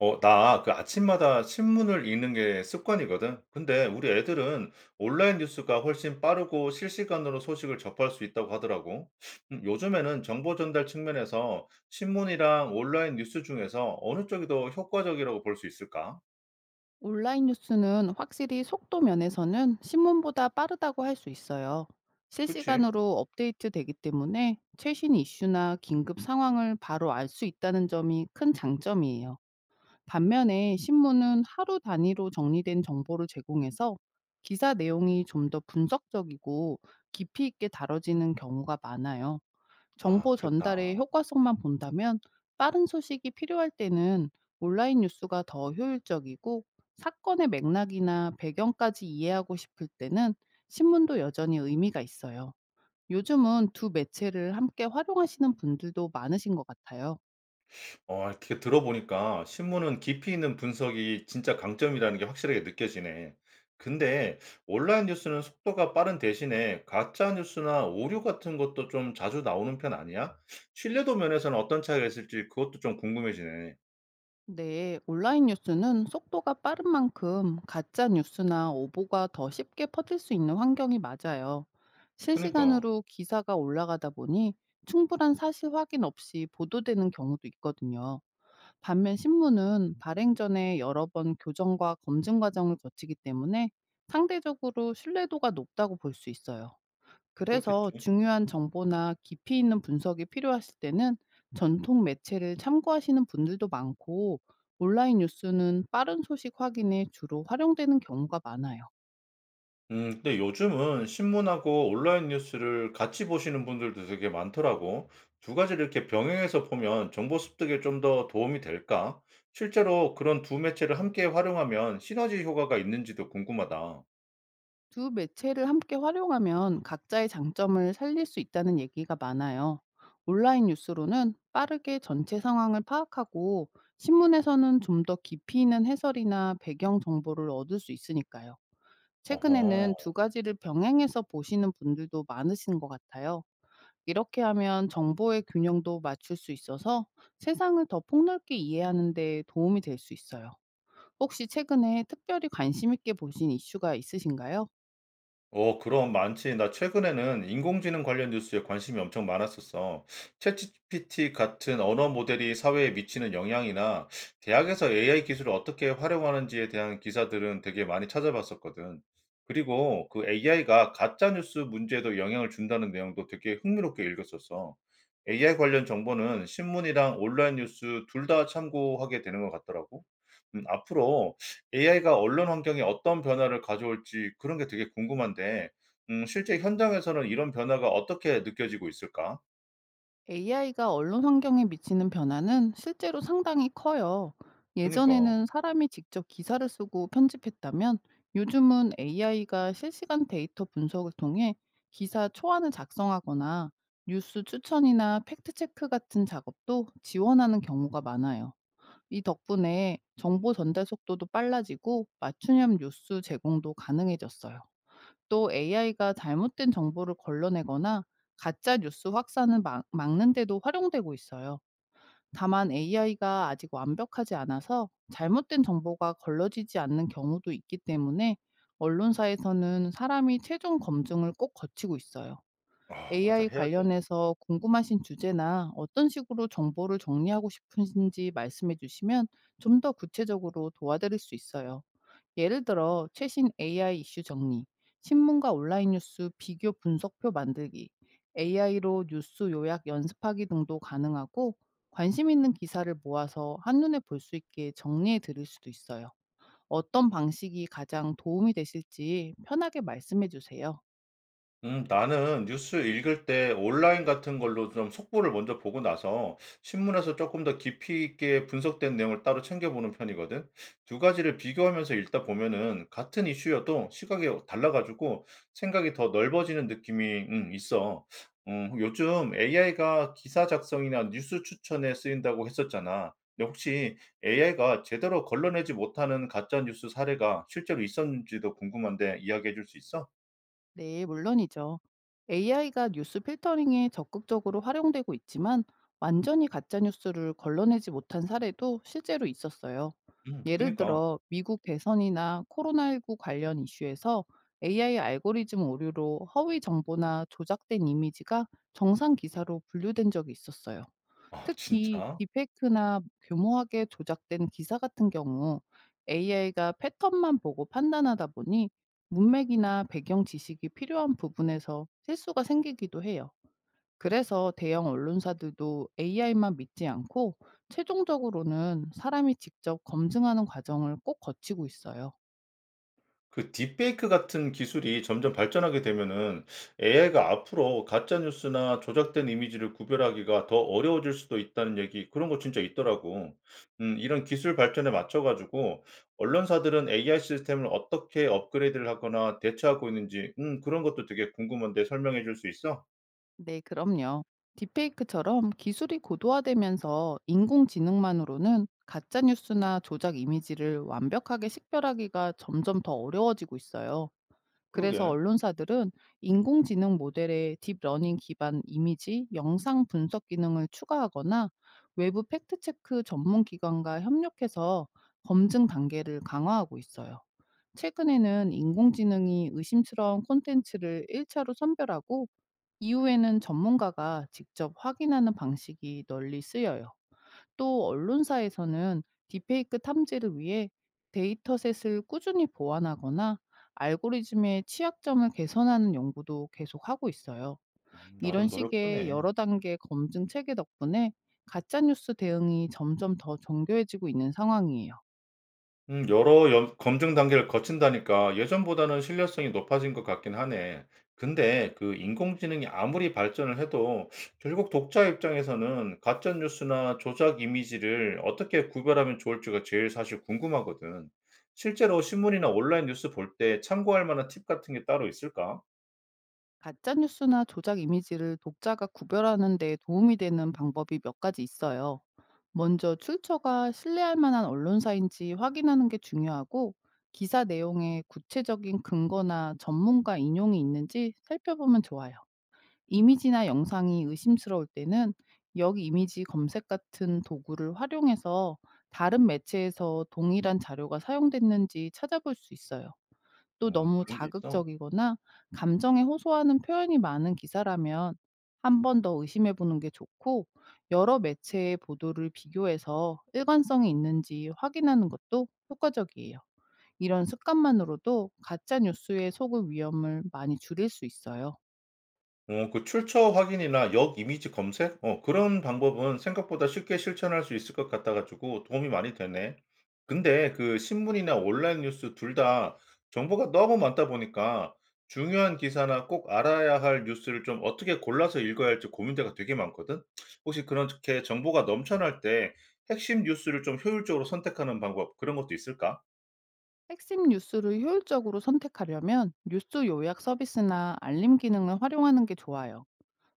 나 그 아침마다 신문을 읽는 게 습관이거든. 근데 우리 애들은 온라인 뉴스가 훨씬 빠르고 실시간으로 소식을 접할 수 있다고 하더라고. 요즘에는 정보 전달 측면에서 신문이랑 온라인 뉴스 중에서 어느 쪽이 더 효과적이라고 볼 수 있을까? 온라인 뉴스는 확실히 속도 면에서는 신문보다 빠르다고 할 수 있어요. 그치? 실시간으로 업데이트 되기 때문에 최신 이슈나 긴급 상황을 바로 알 수 있다는 점이 큰 장점이에요. 반면에 신문은 하루 단위로 정리된 정보를 제공해서 기사 내용이 좀 더 분석적이고 깊이 있게 다뤄지는 경우가 많아요. 아, 정보 전달의 그렇다. 효과성만 본다면 빠른 소식이 필요할 때는 온라인 뉴스가 더 효율적이고 사건의 맥락이나 배경까지 이해하고 싶을 때는 신문도 여전히 의미가 있어요. 요즘은 두 매체를 함께 활용하시는 분들도 많으신 것 같아요. 이렇게 들어보니까 신문은 깊이 있는 분석이 진짜 강점이라는 게 확실하게 느껴지네. 근데 온라인 뉴스는 속도가 빠른 대신에 가짜 뉴스나 오류 같은 것도 좀 자주 나오는 편 아니야? 신뢰도 면에서는 어떤 차이가 있을지 그것도 좀 궁금해지네. 네, 온라인 뉴스는 속도가 빠른 만큼 가짜 뉴스나 오보가 더 쉽게 퍼질 수 있는 환경이 맞아요. 그니까. 실시간으로 기사가 올라가다 보니 충분한 사실 확인 없이 보도되는 경우도 있거든요. 반면 신문은 발행 전에 여러 번 교정과 검증 과정을 거치기 때문에 상대적으로 신뢰도가 높다고 볼 수 있어요. 그래서 그렇겠지. 중요한 정보나 깊이 있는 분석이 필요하실 때는 전통 매체를 참고하시는 분들도 많고, 온라인 뉴스는 빠른 소식 확인에 주로 활용되는 경우가 많아요. 근데 요즘은 신문하고 온라인 뉴스를 같이 보시는 분들도 되게 많더라고. 두 가지를 이렇게 병행해서 보면 정보 습득에 좀 더 도움이 될까? 실제로 그런 두 매체를 함께 활용하면 시너지 효과가 있는지도 궁금하다. 두 매체를 함께 활용하면 각자의 장점을 살릴 수 있다는 얘기가 많아요. 온라인 뉴스로는 빠르게 전체 상황을 파악하고, 신문에서는 좀 더 깊이 있는 해설이나 배경 정보를 얻을 수 있으니까요. 어허. 최근에는 두 가지를 병행해서 보시는 분들도 많으신 것 같아요. 이렇게 하면 정보의 균형도 맞출 수 있어서 세상을 더 폭넓게 이해하는 데 도움이 될 수 있어요. 혹시 최근에 특별히 관심 있게 보신 이슈가 있으신가요? 어, 그럼 많지. 나 최근에는 인공지능 관련 뉴스에 관심이 엄청 많았었어. 챗GPT 같은 언어 모델이 사회에 미치는 영향이나 대학에서 AI 기술을 어떻게 활용하는지에 대한 기사들은 되게 많이 찾아봤었거든. 그리고 그 AI가 가짜 뉴스 문제에도 영향을 준다는 내용도 되게 흥미롭게 읽었었어. AI 관련 정보는 신문이랑 온라인 뉴스 둘 다 참고하게 되는 것 같더라고. 앞으로 AI가 언론 환경에 어떤 변화를 가져올지 그런 게 되게 궁금한데 실제 현장에서는 이런 변화가 어떻게 느껴지고 있을까? AI가 언론 환경에 미치는 변화는 실제로 상당히 커요. 그니까. 예전에는 사람이 직접 기사를 쓰고 편집했다면, 요즘은 AI가 실시간 데이터 분석을 통해 기사 초안을 작성하거나 뉴스 추천이나 팩트체크 같은 작업도 지원하는 경우가 많아요. 이 덕분에 정보 전달 속도도 빨라지고 맞춤형 뉴스 제공도 가능해졌어요. 또 AI가 잘못된 정보를 걸러내거나 가짜 뉴스 확산을 막, 막는 데도 활용되고 있어요. 다만 AI가 아직 완벽하지 않아서 잘못된 정보가 걸러지지 않는 경우도 있기 때문에, 언론사에서는 사람이 최종 검증을 꼭 거치고 있어요. 아 맞아. AI 해야 돼. 관련해서 궁금하신 주제나 어떤 식으로 정보를 정리하고 싶으신지 말씀해 주시면 좀 더 구체적으로 도와드릴 수 있어요. 예를 들어 최신 AI 이슈 정리, 신문과 온라인 뉴스 비교 분석표 만들기, AI로 뉴스 요약 연습하기 등도 가능하고, 관심 있는 기사를 모아서 한눈에 볼 수 있게 정리해 드릴 수도 있어요. 어떤 방식이 가장 도움이 되실지 편하게 말씀해 주세요. 나는 뉴스 읽을 때 온라인 같은 걸로 좀 속보를 먼저 보고 나서 신문에서 조금 더 깊이 있게 분석된 내용을 따로 챙겨 보는 편이거든. 두 가지를 비교하면서 읽다 보면은 같은 이슈여도 시각이 달라 가지고 생각이 더 넓어지는 느낌이 있어. 요즘 AI가 기사 작성이나 뉴스 추천에 쓰인다고 했었잖아. 근데 혹시 AI가 제대로 걸러내지 못하는 가짜 뉴스 사례가 실제로 있었는지도 궁금한데 이야기해 줄 수 있어? 네, 물론이죠. AI가 뉴스 필터링에 적극적으로 활용되고 있지만, 완전히 가짜 뉴스를 걸러내지 못한 사례도 실제로 있었어요. 예를 그니까. 들어 미국 대선이나 코로나19 관련 이슈에서 AI 알고리즘 오류로 허위 정보나 조작된 이미지가 정상 기사로 분류된 적이 있었어요. 아 특히 진짜? 디페이크나 교모하게 조작된 기사 같은 경우, AI가 패턴만 보고 판단하다 보니 문맥이나 배경 지식이 필요한 부분에서 실수가 생기기도 해요. 그래서 대형 언론사들도 AI만 믿지 않고 최종적으로는 사람이 직접 검증하는 과정을 꼭 거치고 있어요. 그 딥페이크 같은 기술이 점점 발전하게 되면은 AI가 앞으로 가짜 뉴스나 조작된 이미지를 구별하기가 더 어려워질 수도 있다는 얘기 그런 거 진짜 있더라고. 이런 기술 발전에 맞춰 가지고 언론사들은 AI 시스템을 어떻게 업그레이드를 하거나 대처하고 있는지 그런 것도 되게 궁금한데 설명해 줄 수 있어? 네, 그럼요. 딥페이크처럼 기술이 고도화되면서 인공지능만으로는 가짜뉴스나 조작 이미지를 완벽하게 식별하기가 점점 더 어려워지고 있어요. 그래서 그러게. 언론사들은 인공지능 모델에 딥러닝 기반 이미지, 영상 분석 기능을 추가하거나 외부 팩트체크 전문 기관과 협력해서 검증 단계를 강화하고 있어요. 최근에는 인공지능이 의심스러운 콘텐츠를 1차로 선별하고, 이후에는 전문가가 직접 확인하는 방식이 널리 쓰여요. 또 언론사에서는 딥페이크 탐지를 위해 데이터셋을 꾸준히 보완하거나 알고리즘의 취약점을 개선하는 연구도 계속 하고 있어요. 이런 나름 식의 노력하네. 여러 단계 검증 체계 덕분에 가짜뉴스 대응이 점점 더 정교해지고 있는 상황이에요. 여러 검증 단계를 거친다니까 예전보다는 신뢰성이 높아진 것 같긴 하네. 근데 그 인공지능이 아무리 발전을 해도 결국 독자 입장에서는 가짜 뉴스나 조작 이미지를 어떻게 구별하면 좋을지가 제일 사실 궁금하거든. 실제로 신문이나 온라인 뉴스 볼 때 참고할 만한 팁 같은 게 따로 있을까? 가짜 뉴스나 조작 이미지를 독자가 구별하는 데 도움이 되는 방법이 몇 가지 있어요. 먼저 출처가 신뢰할 만한 언론사인지 확인하는 게 중요하고, 기사 내용에 구체적인 근거나 전문가 인용이 있는지 살펴보면 좋아요. 이미지나 영상이 의심스러울 때는 여기 이미지 검색 같은 도구를 활용해서 다른 매체에서 동일한 자료가 사용됐는지 찾아볼 수 있어요. 또 어, 너무 그런 게 있어. 자극적이거나 감정에 호소하는 표현이 많은 기사라면 한 번 더 의심해 보는 게 좋고, 여러 매체의 보도를 비교해서 일관성이 있는지 확인하는 것도 효과적이에요. 이런 습관만으로도 가짜 뉴스에 속을 위험을 많이 줄일 수 있어요. 그 출처 확인이나 역 이미지 검색 그런 방법은 생각보다 쉽게 실천할 수 있을 것 같아 가지고 도움이 많이 되네. 근데 그 신문이나 온라인 뉴스 둘 다 정보가 너무 많다 보니까 중요한 기사나 꼭 알아야 할 뉴스를 좀 어떻게 골라서 읽어야 할지 고민대가 되게 많거든. 혹시 그렇게 정보가 넘쳐날 때 핵심 뉴스를 좀 효율적으로 선택하는 방법 그런 것도 있을까? 핵심 뉴스를 효율적으로 선택하려면 뉴스 요약 서비스나 알림 기능을 활용하는 게 좋아요.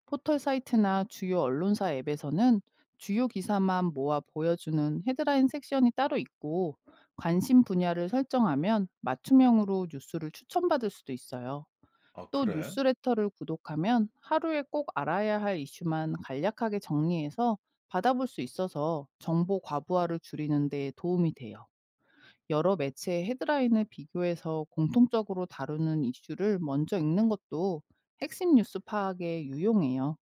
포털 사이트나 주요 언론사 앱에서는 주요 기사만 모아 보여주는 헤드라인 섹션이 따로 있고, 관심 분야를 설정하면 맞춤형으로 뉴스를 추천받을 수도 있어요. 아 또 그래? 뉴스레터를 구독하면 하루에 꼭 알아야 할 이슈만 간략하게 정리해서 받아볼 수 있어서 정보 과부하를 줄이는 데 도움이 돼요. 여러 매체의 헤드라인을 비교해서 공통적으로 다루는 이슈를 먼저 읽는 것도 핵심 뉴스 파악에 유용해요.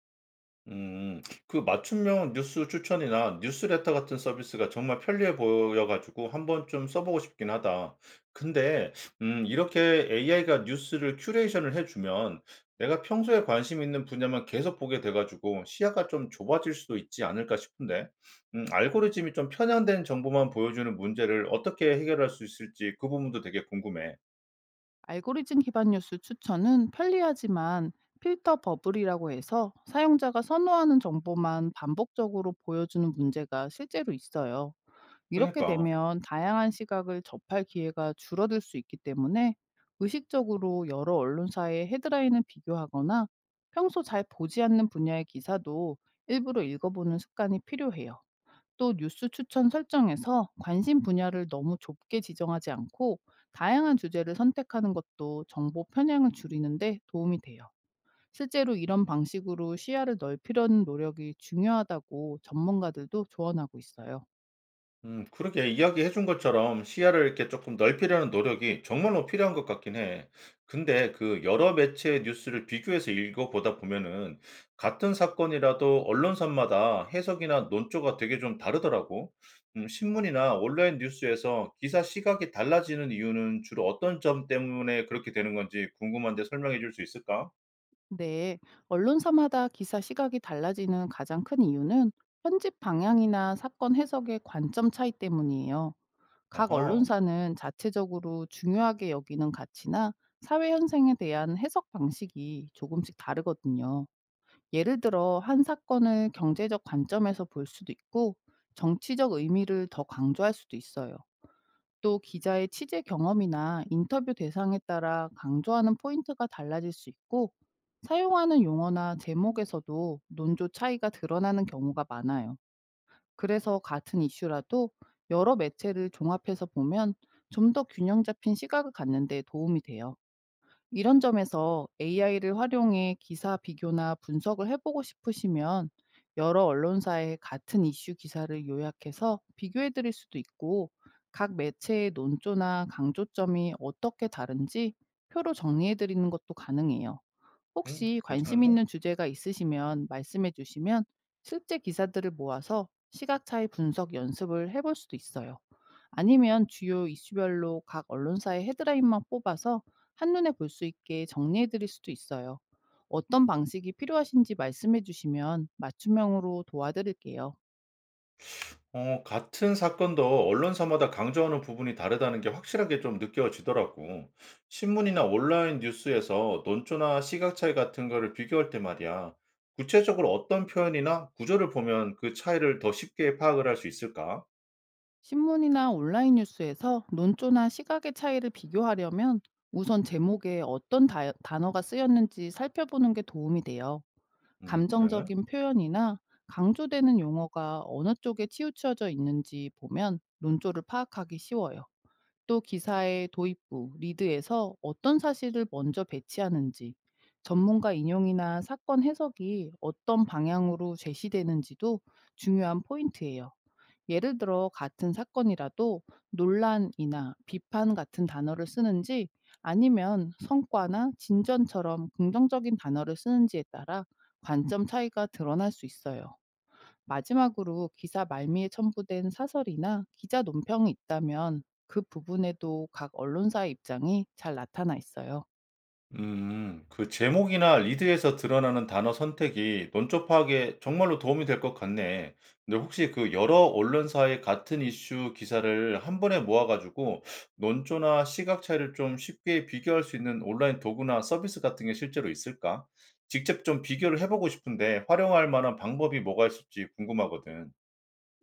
음. 그 맞춤형 뉴스 추천이나 뉴스레터 같은 서비스가 정말 편리해 보여 가지고 한번쯤 써 보고 싶긴 하다. 근데 이렇게 AI가 뉴스를 큐레이션을 해 주면 내가 평소에 관심 있는 분야만 계속 보게 돼 가지고 시야가 좀 좁아질 수도 있지 않을까 싶은데 알고리즘이 좀 편향된 정보만 보여주는 문제를 어떻게 해결할 수 있을지 그 부분도 되게 궁금해. 알고리즘 기반 뉴스 추천은 편리하지만, 필터 버블이라고 해서 사용자가 선호하는 정보만 반복적으로 보여주는 문제가 실제로 있어요. 이렇게 그니까. 러 되면 다양한 시각을 접할 기회가 줄어들 수 있기 때문에 의식적으로 여러 언론사의 헤드라인을 비교하거나 평소 잘 보지 않는 분야의 기사도 일부러 읽어보는 습관이 필요해요. 또 뉴스 추천 설정에서 관심 분야를 너무 좁게 지정하지 않고 다양한 주제를 선택하는 것도 정보 편향을 줄이는데 도움이 돼요. 실제로 이런 방식으로 시야를 넓히려는 노력이 중요하다고 전문가들도 조언하고 있어요. 그러게 이야기해 준 것처럼 시야를 이렇게 조금 넓히려는 노력이 정말로 필요한 것 같긴 해. 근데 그 여러 매체의 뉴스를 비교해서 읽어보다 보면은 같은 사건이라도 언론사마다 해석이나 논조가 되게 좀 다르더라고. 신문이나 온라인 뉴스에서 기사 시각이 달라지는 이유는 주로 어떤 점 때문에 그렇게 되는 건지 궁금한데 설명해 줄 수 있을까? 네, 언론사마다 기사 시각이 달라지는 가장 큰 이유는 편집 방향이나 사건 해석의 관점 차이 때문이에요. 각 아하. 언론사는 자체적으로 중요하게 여기는 가치나 사회 현상에 대한 해석 방식이 조금씩 다르거든요. 예를 들어 한 사건을 경제적 관점에서 볼 수도 있고, 정치적 의미를 더 강조할 수도 있어요. 또 기자의 취재 경험이나 인터뷰 대상에 따라 강조하는 포인트가 달라질 수 있고, 사용하는 용어나 제목에서도 논조 차이가 드러나는 경우가 많아요. 그래서 같은 이슈라도 여러 매체를 종합해서 보면 좀 더 균형 잡힌 시각을 갖는 데 도움이 돼요. 이런 점에서 AI를 활용해 기사 비교나 분석을 해보고 싶으시면 여러 언론사의 같은 이슈 기사를 요약해서 비교해 드릴 수도 있고, 각 매체의 논조나 강조점이 어떻게 다른지 표로 정리해 드리는 것도 가능해요. 혹시 관심 괜찮은데? 있는 주제가 있으시면 말씀해 주시면 실제 기사들을 모아서 시각 차이 분석 연습을 해볼 수도 있어요. 아니면 주요 이슈별로 각 언론사의 헤드라인만 뽑아서 한눈에 볼 수 있게 정리해 드릴 수도 있어요. 어떤 방식이 필요하신지 말씀해 주시면 맞춤형으로 도와드릴게요. 어, 같은 사건도 언론사마다 강조하는 부분이 다르다는 게 확실하게 좀 느껴지더라고. 신문이나 온라인 뉴스에서 논조나 시각 차이 같은 거를 비교할 때 말이야. 구체적으로 어떤 표현이나 구조를 보면 그 차이를 더 쉽게 파악을 할 수 있을까? 신문이나 온라인 뉴스에서 논조나 시각의 차이를 비교하려면 우선 제목에 어떤 단어가 쓰였는지 살펴보는 게 도움이 돼요. 그래. 감정적인 표현이나 강조되는 용어가 어느 쪽에 치우쳐져 있는지 보면 논조를 파악하기 쉬워요. 또 기사의 도입부, 리드에서 어떤 사실을 먼저 배치하는지, 전문가 인용이나 사건 해석이 어떤 방향으로 제시되는지도 중요한 포인트예요. 예를 들어 같은 사건이라도 논란이나 비판 같은 단어를 쓰는지 아니면 성과나 진전처럼 긍정적인 단어를 쓰는지에 따라 관점 차이가 드러날 수 있어요. 마지막으로 기사 말미에 첨부된 사설이나 기자 논평이 있다면 그 부분에도 각 언론사의 입장이 잘 나타나 있어요. 음. 그 제목이나 리드에서 드러나는 단어 선택이 논조 파악에 정말로 도움이 될 것 같네. 근데 혹시 그 여러 언론사의 같은 이슈 기사를 한 번에 모아 가지고 논조나 시각 차이를 좀 쉽게 비교할 수 있는 온라인 도구나 서비스 같은 게 실제로 있을까? 직접 좀 비교를 해 보고 싶은데 활용할 만한 방법이 뭐가 있을지 궁금하거든.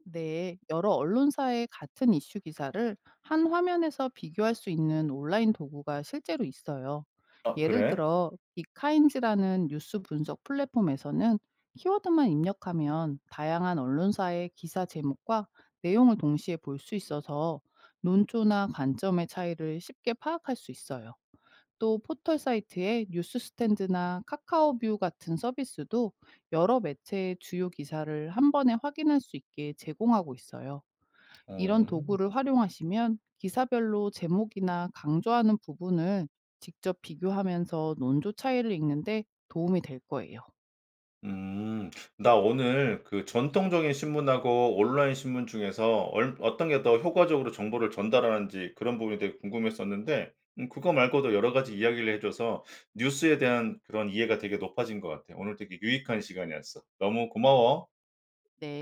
네, 여러 언론사의 같은 이슈 기사를 한 화면에서 비교할 수 있는 온라인 도구가 실제로 있어요. 아 예를 그래? 들어 빅카인즈라는 뉴스 분석 플랫폼에서는 키워드만 입력하면 다양한 언론사의 기사 제목과 내용을 동시에 볼 수 있어서 논조나 관점의 차이를 쉽게 파악할 수 있어요. 또 포털 사이트의 뉴스 스탠드나 카카오뷰 같은 서비스도 여러 매체의 주요 기사를 한 번에 확인할 수 있게 제공하고 있어요. 이런 어. 도구를 활용하시면 기사별로 제목이나 강조하는 부분을 직접 비교하면서 논조 차이를 읽는데 도움이 될 거예요. 음. 나 오늘 그 전통적인 신문하고 온라인 신문 중에서 얼 어떤 게 더 효과적으로 정보를 전달하는지 그런 부분이 되게 궁금했었는데 그거 말고도 여러 가지 이야기를 해 줘서 뉴스에 대한 그런 이해가 되게 높아진 것 같아. 오늘 되게 유익한 시간이었어. 너무 고마워. 네.